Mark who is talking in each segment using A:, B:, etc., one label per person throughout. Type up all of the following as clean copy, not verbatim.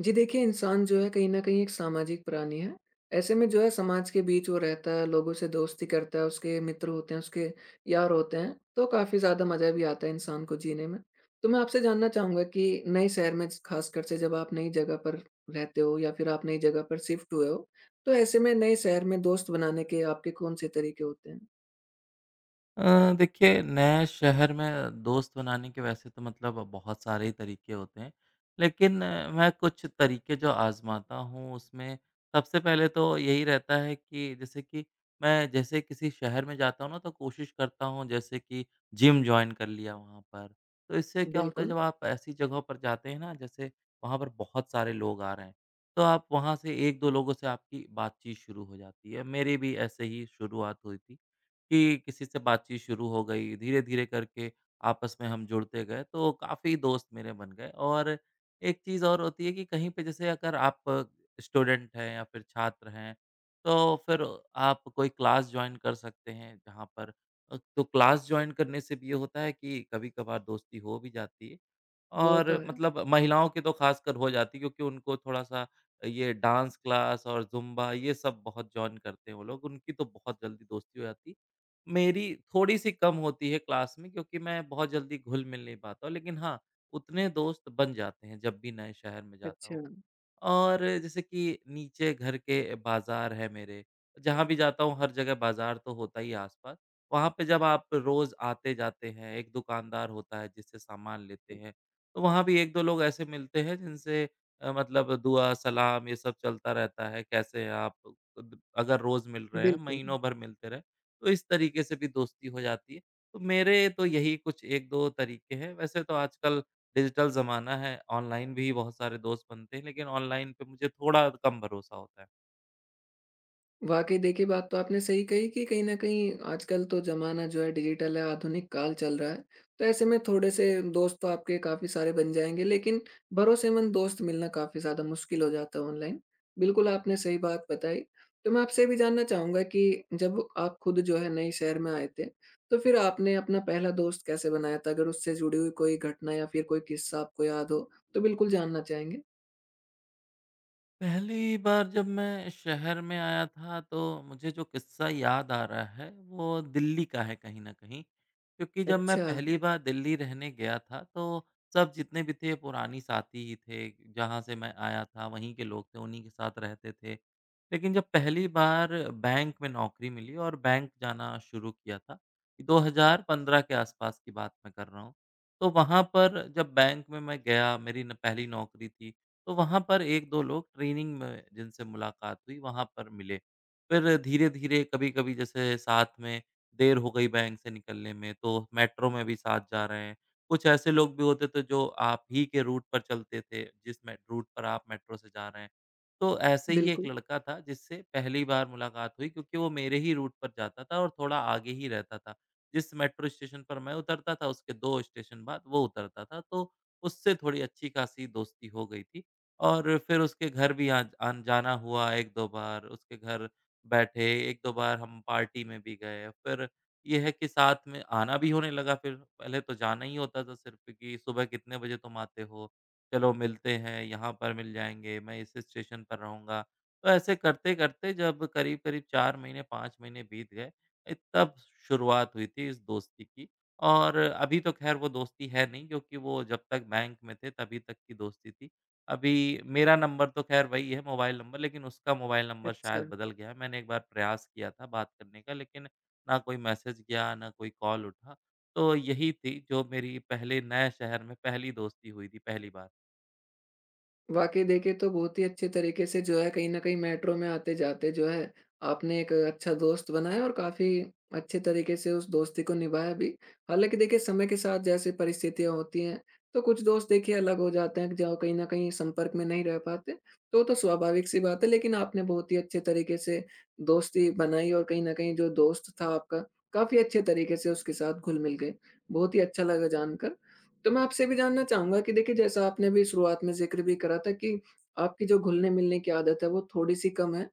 A: जी देखिए, इंसान जो है कहीं न कहीं एक सामाजिक प्राणी है। ऐसे में जो है समाज के बीच वो रहता है, लोगों से दोस्ती करता है, उसके मित्र होते हैं, उसके यार होते हैं, तो काफ़ी ज़्यादा मज़ा भी आता है इंसान को जीने में। तो मैं आपसे जानना चाहूँगा कि नए शहर में ख़ासकर से जब आप नई जगह पर रहते हो या फिर आप नई जगह पर शिफ्ट हुए हो, तो ऐसे में नए शहर में दोस्त बनाने के आपके कौन से तरीके होते हैं?
B: देखिए, नए शहर में दोस्त बनाने के वैसे तो मतलब बहुत सारे ही तरीके होते हैं। लेकिन मैं कुछ तरीके जो आज़माता हूँ उसमें सबसे पहले तो यही रहता है कि जैसे कि मैं जैसे किसी शहर में जाता हूँ ना, तो कोशिश करता हूँ जैसे कि जिम जॉइन कर लिया वहाँ पर। तो इससे क्या होता है
A: बिल्कुल।
B: जब आप ऐसी जगहों पर जाते हैं ना, जैसे वहाँ पर बहुत सारे लोग आ रहे हैं। तो आप वहाँ से 1-2 लोगों से आपकी बातचीत शुरू हो जाती है। मेरी भी ऐसे ही शुरुआत हुई थी कि किसी से बातचीत शुरू हो गई, धीरे-धीरे करके आपस में हम जुड़ते गए, तो काफ़ी दोस्त मेरे बन गए। और एक चीज़ और होती है कि कहीं पे जैसे अगर आप स्टूडेंट हैं या फिर छात्र हैं, तो फिर आप कोई क्लास जॉइन कर सकते हैं तो क्लास जॉइन करने से भी ये होता है कि कभी-कभार दोस्ती हो भी जाती है।
A: वो
B: और
A: तो है।
B: मतलब महिलाओं की तो ख़ासकर हो जाती है क्योंकि उनको थोड़ा-सा ये डांस क्लास और ज़ुम्बा ये सब बहुत जॉइन करते हैं वो लोग, उनकी तो बहुत जल्दी दोस्ती हो जाती है। मेरी थोड़ी-सी कम होती है क्लास में क्योंकि मैं बहुत जल्दी घुल-मिल नहीं पाता हूँ। लेकिन हाँ, उतने दोस्त बन जाते हैं जब भी नए शहर में जाता
A: अच्छा।
B: हूँ। और जैसे कि नीचे घर के बाज़ार है मेरे, जहाँ भी जाता हूँ हर जगह बाज़ार तो होता ही है आस-पास। वहाँ पे जब आप रोज़ आते-जाते हैं, एक दुकानदार होता है जिससे सामान लेते हैं, तो वहाँ भी 1-2 लोग ऐसे मिलते हैं जिनसे मतलब दुआ, सलाम ये सब चलता रहता है, कैसे हैं आप? द अगर रोज़ मिल रहे हैं,
A: बिल्कुल।
B: महीनों भर मिलते रहे, तो इस तरीके से भी दोस्ती हो जाती है। तो मेरे तो यही कुछ 1-2 तरीके हैं, वैसे तो आजकल डिजिटल ज़माना है, ऑनलाइन भी बहुत सारे दोस्त बनते हैं, लेकिन ऑनलाइन पे मुझे थोड़ा कम भरोसा होता है।
A: वाक़ई देखिए, बात तो आपने सही कही कि कहीं न कहीं आजकल तो ज़माना जो है डिजिटल है, आधुनिक काल चल रहा है। तो ऐसे में थोड़े-से दोस्त तो आपके काफ़ी सारे बन जाएँगे, लेकिन भरोसेमंद दोस्त मिलना काफ़ी ज़्यादा मुश्किल हो जाता है ऑनलाइन। बिल्कुल, आपने सही बात बताई। तो मैं आपसे ये भी जानना चाहूँगा कि जब आप खुद जो है नए शहर में आए थे, तो फिर आपने अपना पहला दोस्त कैसे बनाया था? अगर उससे जुड़ी हुई कोई घटना या फिर कोई किस्सा आपको याद हो, तो बिल्कुल जानना चाहेंगे।
B: पहली बार जब मैं शहर में आया था तो मुझे जो किस्सा याद आ रहा है वो दिल्ली का है कहीं न कहीं। क्योंकि जब मैं
A: अच्छा।
B: पहली बार दिल्ली रहने गया था तो सब जितने भी थे पुरानी साथी ही थे, जहाँ से मैं आया था वहीं के लोग थे, उन्हीं के साथ रहते थे। लेकिन जब पहली बार बैंक में नौकरी मिली और बैंक जाना शुरू किया था, 2015 के आसपास की बात मैं कर रहा हूँ। तो वहाँ पर जब बैंक में मैं गया मेरी न पहली नौकरी थी तो वहाँ पर 1-2 लोग ट्रेनिंग में जिनसे मुलाकात हुई वहाँ पर मिले। फिर धीरे-धीरे कभी-कभी जैसे साथ में देर हो गई बैंक से निकलने में तो मेट्रो में भी साथ जा रहे हैं। कुछ ऐसे लोग भी होते थे जो आप ही के रूट पर चलते थे जिस मेट रूट पर आप मेट्रो से जा रहे हैं। तो ऐसे ही एक
A: बिल्कुल।
B: लड़का था जिससे पहली बार मुलाकात हुई क्योंकि वो मेरे ही रूट पर जाता था और थोड़ा आगे ही रहता था। जिस मेट्रो स्टेशन पर मैं उतरता था उसके 2 स्टेशन बाद वो उतरता था। तो उससे थोड़ी अच्छी-खासी दोस्ती हो गई थी। और फिर उसके घर भी आ आन जाना हुआ 1-2 बार, उसके घर बैठे, 1-2 बार हम पार्टी में भी गए। फिर ये है कि साथ में आना भी होने लगा फिर, पहले तो जाना ही होता था सिर्फ़ कि सुबह कितने बजे तुम आते हो? चलो मिलते हैं, यहाँ पर मिल जाएँगे, मैं इस स्टेशन पर रहूँगा। तो ऐसे करते-करते जब करीब-करीब 4 महीने, 5 महीने बीत गए, तब शुरुआत हुई थी इस दोस्ती की। और अभी तो ख़ैर वो दोस्ती है नहीं क्योंकि वो जब तक बैंक में थे तभी तक की दोस्ती थी। अभी मेरा नंबर तो ख़ैर वही है मोबाइल नंबर, लेकिन उसका मोबाइल नंबर
A: अच्छा।
B: शायद बदल गया है। मैंने एक बार प्रयास किया था बात करने का, लेकिन ना कोई मैसेज गया, ना कोई कॉल उठा। तो यही थी जो मेरी पहले नए शहर में पहली दोस्ती हुई थी, पहली बार।
A: वाक़ई देखिए, तो बहुत ही अच्छे तरीके से जो है कहीं न कहीं मेट्रो में आते-जाते जो है आपने एक अच्छा दोस्त बनाया और काफ़ी अच्छे तरीके से उस दोस्ती को निभाया भी। हालाँकि देखिए, समय के साथ जैसे परिस्थितियाँ होती हैं, तो कुछ दोस्त देखिए अलग हो जाते हैं जो कहीं न कहीं संपर्क में नहीं रह पाते, तो वो तो स्वाभाविक-सी बात है। लेकिन आपने बहुत ही अच्छे तरीके से दोस्ती बनाई और कहीं न कहीं जो दोस्त था आपका, काफ़ी अच्छे तरीके से उसके साथ घुल-मिल गए। बहुत ही अच्छा लगा जानकर। तो मैं आपसे भी जानना चाहूँगा कि देखिए जैसा आपने अभी शुरुआत में ज़िक्र भी करा था कि आपकी जो घुलने-मिलने की आदत है वो थोड़ी-सी कम है।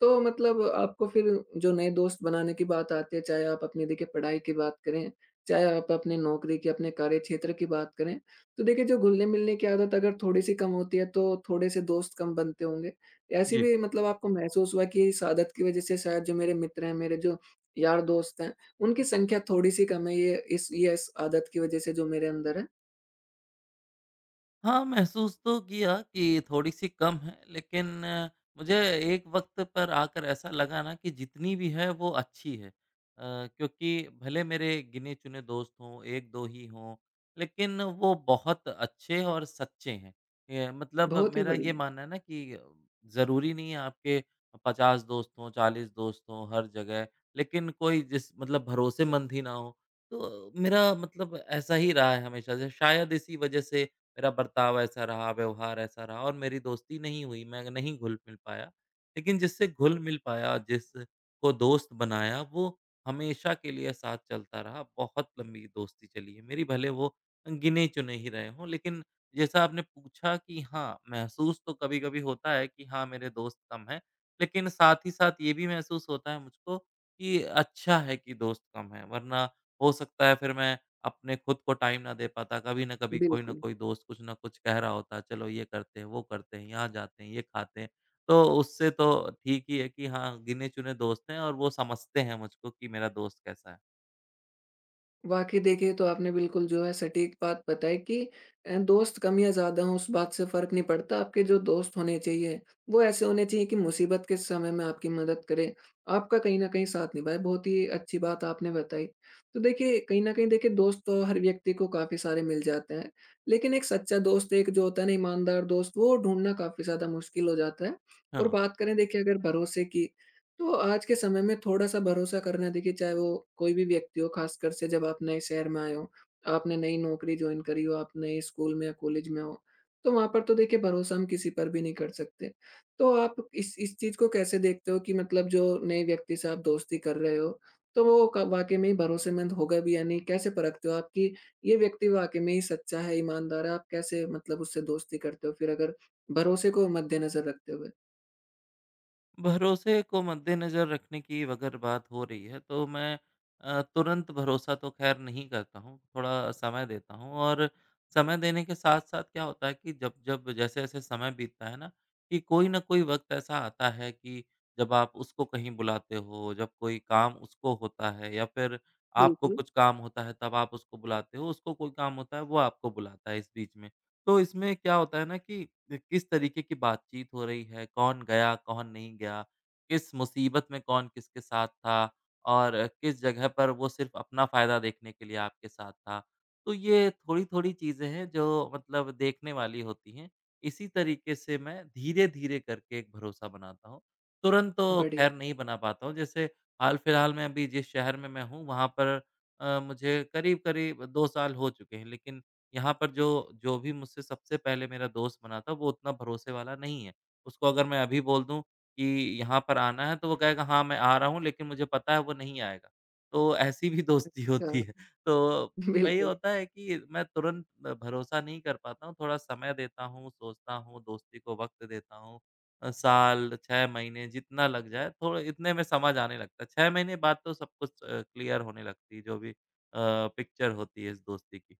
A: तो मतलब आपको फिर जो नए दोस्त बनाने की बात आती है, चाहे आप अपनी देखिए पढ़ाई की बात करें, चाहे आप अपने नौकरी की, अपने कार्यक्षेत्र की बात करें। तो देखिए जो घुलने-मिलने की आदत अगर थोड़ी-सी कम होती है तो थोड़े-से दोस्त कम बनते होंगे। ऐसी
B: जी।
A: भी मतलब आपको महसूस हुआ कि इस आदत की वज़ह से शायद जो मेरे मित्र हैं, मेरे जो यार दोस्त हैं, उनकी संख्या थोड़ी-सी कम है ये इस आदत की वज़ह से जो मेरे अंदर है?
B: हाँ, महसूस तो किया कि थोड़ी-सी कम है, लेकिन मुझे एक वक़्त पर आकर ऐसा लगा ना कि जितनी भी है वो अच्छी है। क्योंकि भले मेरे गिने-चुने दोस्त हों, 1-2 ही हों, लेकिन वो बहुत अच्छे और सच्चे हैं। ये मतलब
A: बहुत ही
B: मेरा ये
A: बढ़िया।
B: मानना है ना कि ज़रूरी नहीं है आपके 50 दोस्त हों, 40 दोस्त हों हर जगह, लेकिन कोई जिस मतलब भरोसेमंद ही ना हो। तो मेरा मतलब ऐसा ही रहा है हमेशा से, शायद इसी वजह से मेरा बर्ताव ऐसा रहा, व्यवहार ऐसा रहा और मेरी दोस्ती नहीं हुई, मैं नहीं घुल-मिल पाया। लेकिन जिससे घुल-मिल पाया, जिसको दोस्त बनाया, वो हमेशा के लिए साथ चलता रहा। बहुत लंबी दोस्ती चली है मेरी, भले वो गिने-चुने ही रहे हों। लेकिन जैसा आपने पूछा कि हाँ, महसूस तो कभी-कभी होता है कि हाँ, मेरे दोस्त कम हैं। लेकिन साथ ही साथ ये भी महसूस होता है मुझको कि अच्छा है कि दोस्त कम हैं, वरना हो सकता है फिर मैं अपने खुद को टाइम ना दे पाता, कभी ना कभी कोई ना
A: बिल्कुल।
B: कोई दोस्त कुछ ना कुछ कह रहा होता है, चलो ये करते हैं, वो करते हैं, यहाँ जाते हैं, ये खाते हैं। तो उससे तो ठीक ही है कि हाँ, गिने-चुने दोस्त हैं और वो समझते हैं मुझको कि मेरा दोस्त कैसा है।
A: वाक़ई देखिए, तो आपने बिल्कुल जो है सटीक बात बताई कि दोस्त कम या ज़्यादा हों उस बात से फ़र्क नहीं पड़ता, आपके जो दोस्त होने चाहिए, वो ऐसे होने चाहिए कि मुसीबत के समय में आपकी मदद करें, आपका कहीं न कहीं साथ निभाएँ। बहुत ही अच्छी बात आपने बताई। तो देखिए, कहीं न कहीं देखिए दोस्त तो हर व्यक्ति को काफ़ी सारे मिल जाते हैं, लेकिन एक सच्चा दोस्त, एक जो होता है ना ईमानदार दोस्त, वो ढूँढना काफ़ी ज़्यादा मुश्किल हो जाता है। और
B: हाँ।
A: बात करें देखिए अगर भरोसे की, तो आज के समय में थोड़ा-सा भरोसा करना देखिए, चाहे वो कोई भी व्यक्ति हो, ख़ासकर से जब आप नए शहर में आए हो, आपने नई नौकरी जॉइन करी हो, आप नए स्कूल में या कॉलेज में हो, तो वहाँ पर तो देखिए भरोसा हम किसी पर भी नहीं कर सकते। तो आप इस चीज़ को कैसे देखते हो कि मतलब जो नए व्यक्ति से आप दोस्ती कर रहे हो, तो वो क वाक़ई में ही भरोसेमंद होगा भी या नहीं? कैसे परखते हो आप कि ये व्यक्ति वाक़ई में ही सच्चा है, ईमानदार है? आप कैसे मतलब उससे दोस्ती करते हो फिर अगर भरोसे को मद्देनज़र रखते हुए?
B: भरोसे को मद्देनज़र रखने की अगर बात हो रही है तो मैं तुरंत भरोसा तो ख़ैर नहीं करता हूँ, थोड़ा समय देता हूँ और समय देने के साथ-साथ क्या होता है कि जब-जब जैसे-जैसे समय बीतता है ना, कि कोई न कोई वक़्त ऐसा आता है कि जब आप उसको कहीं बुलाते हो, जब कोई काम उसको होता है या फिर आपको
A: बिल्कुल।
B: कुछ काम होता है तब आप उसको बुलाते हो, उसको कोई काम होता है वो आपको बुलाता है इस बीच में। तो इसमें क्या होता है ना कि किस तरीके की बातचीत हो रही है, कौन गया, कौन नहीं गया, किस मुसीबत में कौन किसके साथ था और किस जगह पर वो सिर्फ़ अपना फ़ायदा देखने के लिए आपके साथ था। तो ये थोड़ी-थोड़ी चीज़ें हैं जो मतलब देखने वाली होती हैं। इसी तरीके से मैं धीरे-धीरे करके एक भरोसा बनाता हूँ। तुरंत तो
A: बढ़िया।
B: ख़ैर नहीं बना पाता हूँ। जैसे हाल-फिलहाल में अभी जिस शहर में मैं हूँ वहाँ पर मुझे करीब-करीब 2 साल हो चुके हैं। लेकिन यहाँ पर जो जो भी मुझसे सबसे पहले मेरा दोस्त बना था, वो उतना भरोसे वाला नहीं है। उसको अगर मैं अभी बोल दूँ कि यहाँ पर आना है, तो वो कहेगा, "हाँ, मैं आ रहा हूँ," लेकिन मुझे पता है वो नहीं आएगा। तो ऐसी भी दोस्ती होती है।
A: अच्छा।
B: तो वही
A: बिल्कुल।
B: होता है कि मैं तुरंत भरोसा नहीं कर पाता हूँ, थोड़ा समय देता हूँ, सोचता हूँ, दोस्ती को वक़्त देता हूँ। साल, 6 महीने जितना लग जाए, थोड़ा इतने में समझ आने लगता है। 6 महीने बाद तो सब कुछ क्लियर होने लगती है, जो भी पिक्चर होती है इस दोस्ती की।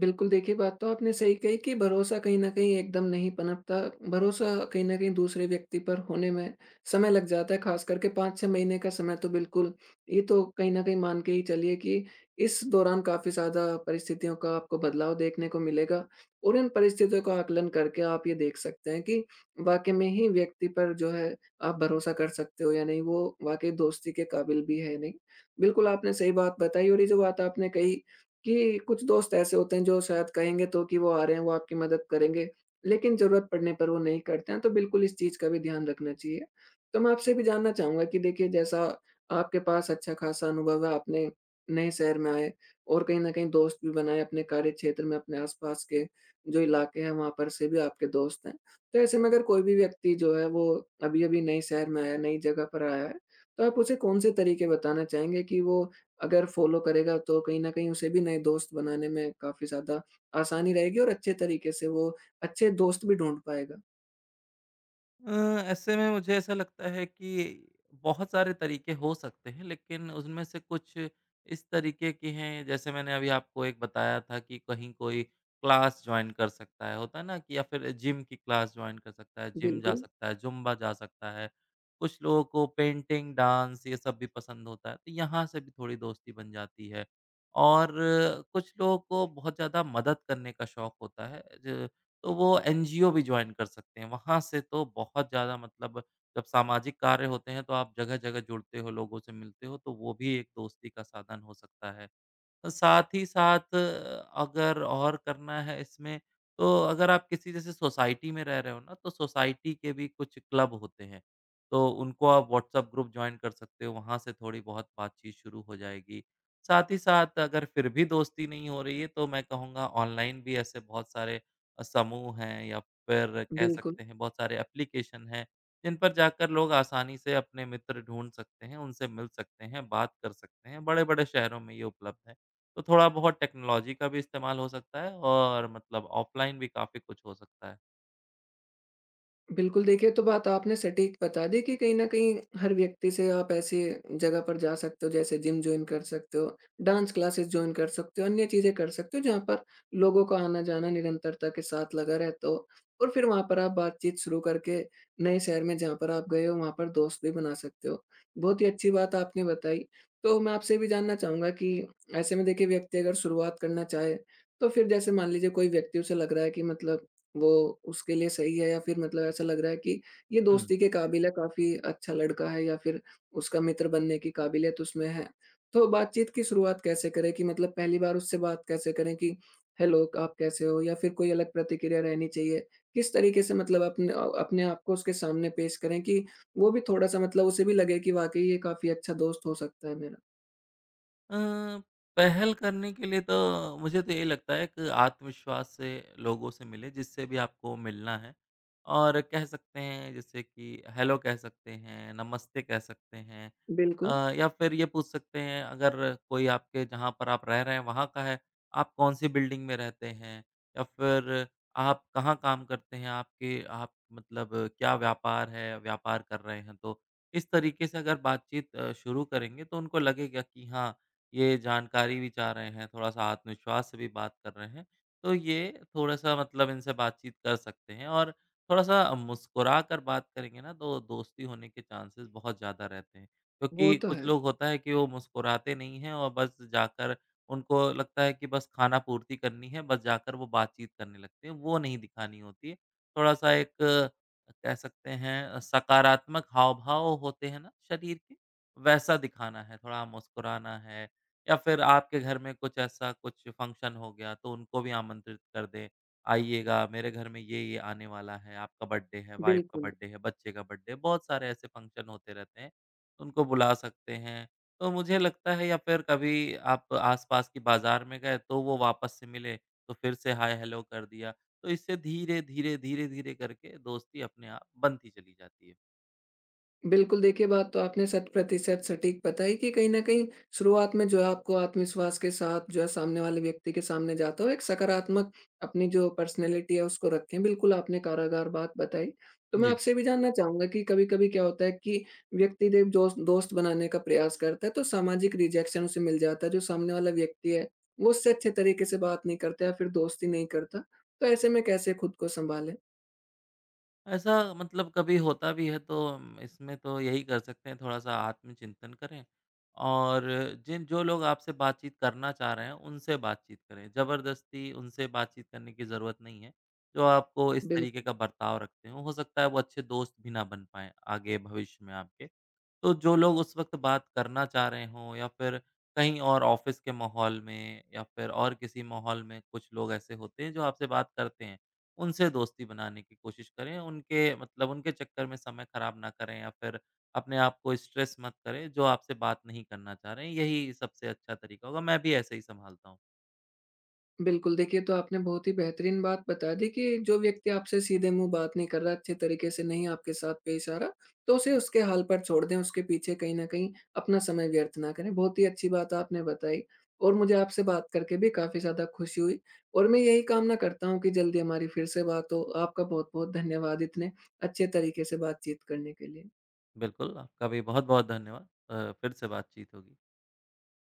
A: बिल्कुल, देखिए बात तो आपने सही कही कि भरोसा कहीं न कहीं एकदम नहीं पनपता। भरोसा कहीं न कहीं दूसरे व्यक्ति पर होने में समय लग जाता है, ख़ास करके 5-6 महीने का समय तो बिल्कुल ये तो कहीं न कहीं मान के ही चलिए कि इस दौरान काफ़ी ज़्यादा परिस्थितियों का आपको बदलाव देखने को मिलेगा और इन परिस्थितियों का आकलन करके आप ये देख सकते हैं कि वाक़ई में ही व्यक्ति पर जो है आप भरोसा कर सकते हो या नहीं, वो वाक़ई दोस्ती के काबिल भी है या नहीं। बिल्कुल, आपने सही बात बताई। और ये जो बात आपने कही कि कुछ दोस्त ऐसे होते हैं जो शायद कहेंगे तो कि वो आ रहे हैं, वो आपकी मदद करेंगे, लेकिन ज़रूरत पड़ने पर वो नहीं करते हैं, तो बिल्कुल इस चीज़ का भी ध्यान रखना चाहिए। तो मैं आपसे भी जानना चाहूँगा कि देखिए जैसा आपके पास अच्छा-खासा अनुभव है, आपने नए शहर में आए और कहीं न कहीं दोस्त भी बनाए अपने कार्य क्षेत्र में, अपने आस-पास के जो इलाके हैं वहाँ पर से भी आपके दोस्त हैं। तो ऐसे में अगर कोई भी व्यक्ति जो है वो अभी-अभी नए शहर में आया, नई जगह पर आया है, तो आप उसे कौन से तरीके बताना चाहेंगे कि वो अगर फ़ॉलो करेगा तो कहीं न कहीं उसे भी नए दोस्त बनाने में काफ़ी ज़्यादा आसानी रहेगी और अच्छे तरीके से वो अच्छे दोस्त भी ढूँढ पाएगा।
B: अ, ऐसे में मुझे ऐसा लगता है कि बहुत सारे तरीके हो सकते हैं, लेकिन उनमें से कुछ इस तरीके के हैं, जैसे मैंने अभी आपको एक बताया था कि कहीं कोई क्लास जॉइन कर सकता है, होता है ना? कि या फिर जिम की क्लास जॉइन कर सकता है, जिम जा
A: बिल्कुल।
B: सकता है, जुम्बा जा सकता है। कुछ लोगों को पेंटिंग, डांस ये सब भी पसंद होता है, तो यहाँ से भी थोड़ी दोस्ती बन जाती है। और कुछ लोगों को बहुत ज़्यादा मदद करने का शौक होता है ज तो वो एनजीओ भी जॉइन कर सकते हैं। वहाँ से तो बहुत ज़्यादा मतलब जब सामाजिक कार्य होते हैं तो आप जगह-जगह जुड़ते हो, लोगों से मिलते हो, तो वो भी एक दोस्ती का साधन हो सकता है। तो साथ ही साथ अगर और करना है इसमें, तो अगर आप किसी जैसे सोसाइटी में रह रहे हो ना, तो सोसाइटी के भी कुछ क्लब होते हैं, तो उनको आप व्हाट्सएप ग्रुप जॉइन कर सकते हो, वहाँ से थोड़ी बहुत बातचीत शुरू हो जाएगी। साथ ही साथ अगर फिर भी दोस्ती नहीं हो रही है, तो मैं कहूँगा ऑनलाइन भी ऐसे बहुत सारे समूह हैं या फिर कह
A: बिल्कुल।
B: सकते हैं बहुत सारे एप्लीकेशन हैं, जिन पर जाकर लोग आसानी से अपने मित्र ढूँढ सकते हैं, उनसे मिल सकते हैं, बात कर सकते हैं, बड़े-बड़े शहरों में ये उपलब्ध है। तो थोड़ा बहुत टेक्नोलॉजी का भी इस्तेमाल हो सकता है और मतलब ऑफ़लाइन भी काफ़ी कुछ हो सकता है।
A: बिल्कुल, देखिए तो बात आपने सटीक बता दी कि कहीं न कहीं हर व्यक्ति से आप ऐसी जगह पर जा सकते हो, जैसे जिम जॉइन कर सकते हो, डांस क्लासेस जॉइन कर सकते हो, अन्य चीज़ें कर सकते हो जहाँ पर लोगों का आना-जाना निरंतरता के साथ लगा रहता हो। और फिर वहाँ पर आप बातचीत शुरू करके नए शहर में जहाँ पर आप गए हो वहाँ पर दोस्त भी बना सकते हो। बहुत ही अच्छी बात आपने बताई। तो मैं आपसे ये भी जानना चाहूँगा कि ऐसे में देखिए व्यक्ति अगर शुरुआत करना चाहे, तो फिर जैसे मान लीजिए कोई व्यक्ति, उसे लग रहा है कि मतलब वो उसके लिए सही है या फिर मतलब ऐसा लग रहा है कि ये
B: हुँ।
A: दोस्ती के काबिल है, काफ़ी अच्छा लड़का है या फिर उसका मित्र बनने की काबिलियत उसमें है। तो बातचीत की शुरुआत कैसे करें कि मतलब पहली बार उससे बात कैसे करें कि हेलो, आप कैसे हो? या फिर कोई अलग प्रतिक्रिया रहनी चाहिए? किस तरीके से मतलब अपने आप को उसके सामने पेश करें कि वो भी थोड़ा-सा मतलब उसे भी लगे कि वाक़ई ये काफ़ी अच्छा दोस्त हो सकता है मेरा?
B: अ, पहल करने के लिए तो मुझे तो यही लगता है कि आत्मविश्वास से लोगों से मिलें, जिससे भी आपको मिलना है और कह सकते हैं जैसे कि हेलो कह सकते हैं, नमस्ते कह सकते हैं। अ,
A: बिल्कुल।
B: या फिर ये पूछ सकते हैं अगर कोई आपके जहाँ पर आप रह रहे हैं वहाँ का है, आप कौन-सी बिल्डिंग में रहते हैं? या फिर आप कहाँ काम करते हैं? आपके आप मतलब क्या व्यापार है, व्यापार कर रहे हैं तो? इस तरीके से अगर बातचीत शुरू करेंगे तो उनको लगेगा कि हाँ ये जानकारी भी चाह रहे हैं, थोड़ा-सा आत्मविश्वास से भी बात कर रहे हैं, तो ये थोड़ा-सा मतलब इनसे बातचीत कर सकते हैं और थोड़ा-सा मुस्कुरा कर बात करेंगे ना, तो दोस्ती होने के चांसेस बहुत ज़्यादा रहते हैं।
A: वो
B: क्योंकि
A: तो
B: कुछ
A: है।
B: लोग होता है कि वो मुस्कुराते नहीं हैं और बस जाकर उनको लगता है कि बस खाना-पूर्ति करनी है, बस जाकर वो बातचीत करने लगते हैं, वो नहीं दिखानी होती है। थोड़ा-सा एक कह सकते हैं सकारात्मक हाव-भाव होते हैं ना शरीर के, वैसा दिखाना है, थोड़ा मुस्कुराना है या फिर आपके घर में कुछ ऐसा कुछ फंक्शन हो गया तो उनको भी आमंत्रित कर दें, आइएगा मेरे घर में ये-ये आने वाला है, आपका बर्थडे है, वाइफ का
A: बिल्कुल।
B: बर्थडे है, बच्चे का बर्थडे है, बहुत सारे ऐसे फंक्शन होते रहते हैं, तो उनको बुला सकते हैं। तो मुझे लगता है या फिर कभी आप आस-पास के बाज़ार में गए तो वो वापस से मिले, तो फिर से हाय हेलो कर दिया, तो इससे धीरे, धीरे, धीरे, धीरे करके दोस्ती अपने आप बनती चली जाती है।
A: बिल्कुल, देखिए बात तो आपने शत प्रतिशत सटीक बताई कि कहीं न कहीं शुरुआत में जो है आपको आत्मविश्वास के साथ जो है सामने वाले व्यक्ति के सामने जाते हो, एक सकारात्मक अपनी जो पर्सनैलिटी है उसको रखें। बिल्कुल आपने कारागार बात बताई। तो मैं
B: जी।
A: आपसे भी जानना चाहूँगा कि कभी-कभी क्या होता है कि व्यक्ति देव दोस्त दोस्त बनाने का प्रयास करता है, तो सामाजिक रिजेक्शन उसे मिल जाता है, जो सामने वाला व्यक्ति है, वो उससे अच्छे तरीके से बात नहीं करता या फिर दोस्ती नहीं करता। तो ऐसे में कैसे खुद को सँभालें?
B: ऐसा मतलब कभी होता भी है तो इसमें तो यही कर सकते हैं थोड़ा-सा आत्मचिंतन करें और जिन जो लोग आपसे बातचीत करना चाह रहे हैं, उनसे बातचीत करें। ज़बरदस्ती उनसे बातचीत करने की ज़रूरत नहीं है, जो आपको इस
A: बिल
B: तरीके का बर्ताव रखते हों। हो सकता है वो अच्छे दोस्त भी ना बन पाएँ आगे भविष्य में आपके। तो जो लोग उस वक़्त बात करना चाह रहे हों या फिर कहीं और ऑफ़िस के माहौल में या फिर और किसी माहौल में कुछ लोग ऐसे होते हैं जो आपसे बात करते हैं, उनसे दोस्ती बनाने की कोशिश करें। उनके मतलब उनके चक्कर में समय ख़राब ना करें या फिर अपने आप को स्ट्रेस मत करें, जो आपसे बात नहीं करना चाह रहे हैं, यही सबसे अच्छा तरीका होगा। मैं भी ऐसे ही सँभालता हूँ।
A: बिल्कुल, देखिए तो आपने बहुत ही बेहतरीन बात बता दी कि जो व्यक्ति आपसे सीधे मुँह बात नहीं कर रहा, अच्छे तरीके से नहीं आपके साथ पेश आ रहा, तो उसे उसके हाल पर छोड़ दें, उसके पीछे कहीं न कहीं अपना समय व्यर्थ ना करें। बहुत ही अच्छी बात आपने बताई और मुझे आपसे बात करके भी काफ़ी ज़्यादा खुशी हुई और मैं यही कामना करता हूँ कि जल्दी हमारी फिर से बात हो। आपका बहुत-बहुत धन्यवाद इतने अच्छे तरीके से बातचीत करने के लिए।
B: बिल्कुल, आपका भी बहुत-बहुत धन्यवाद। फिर से बातचीत होगी।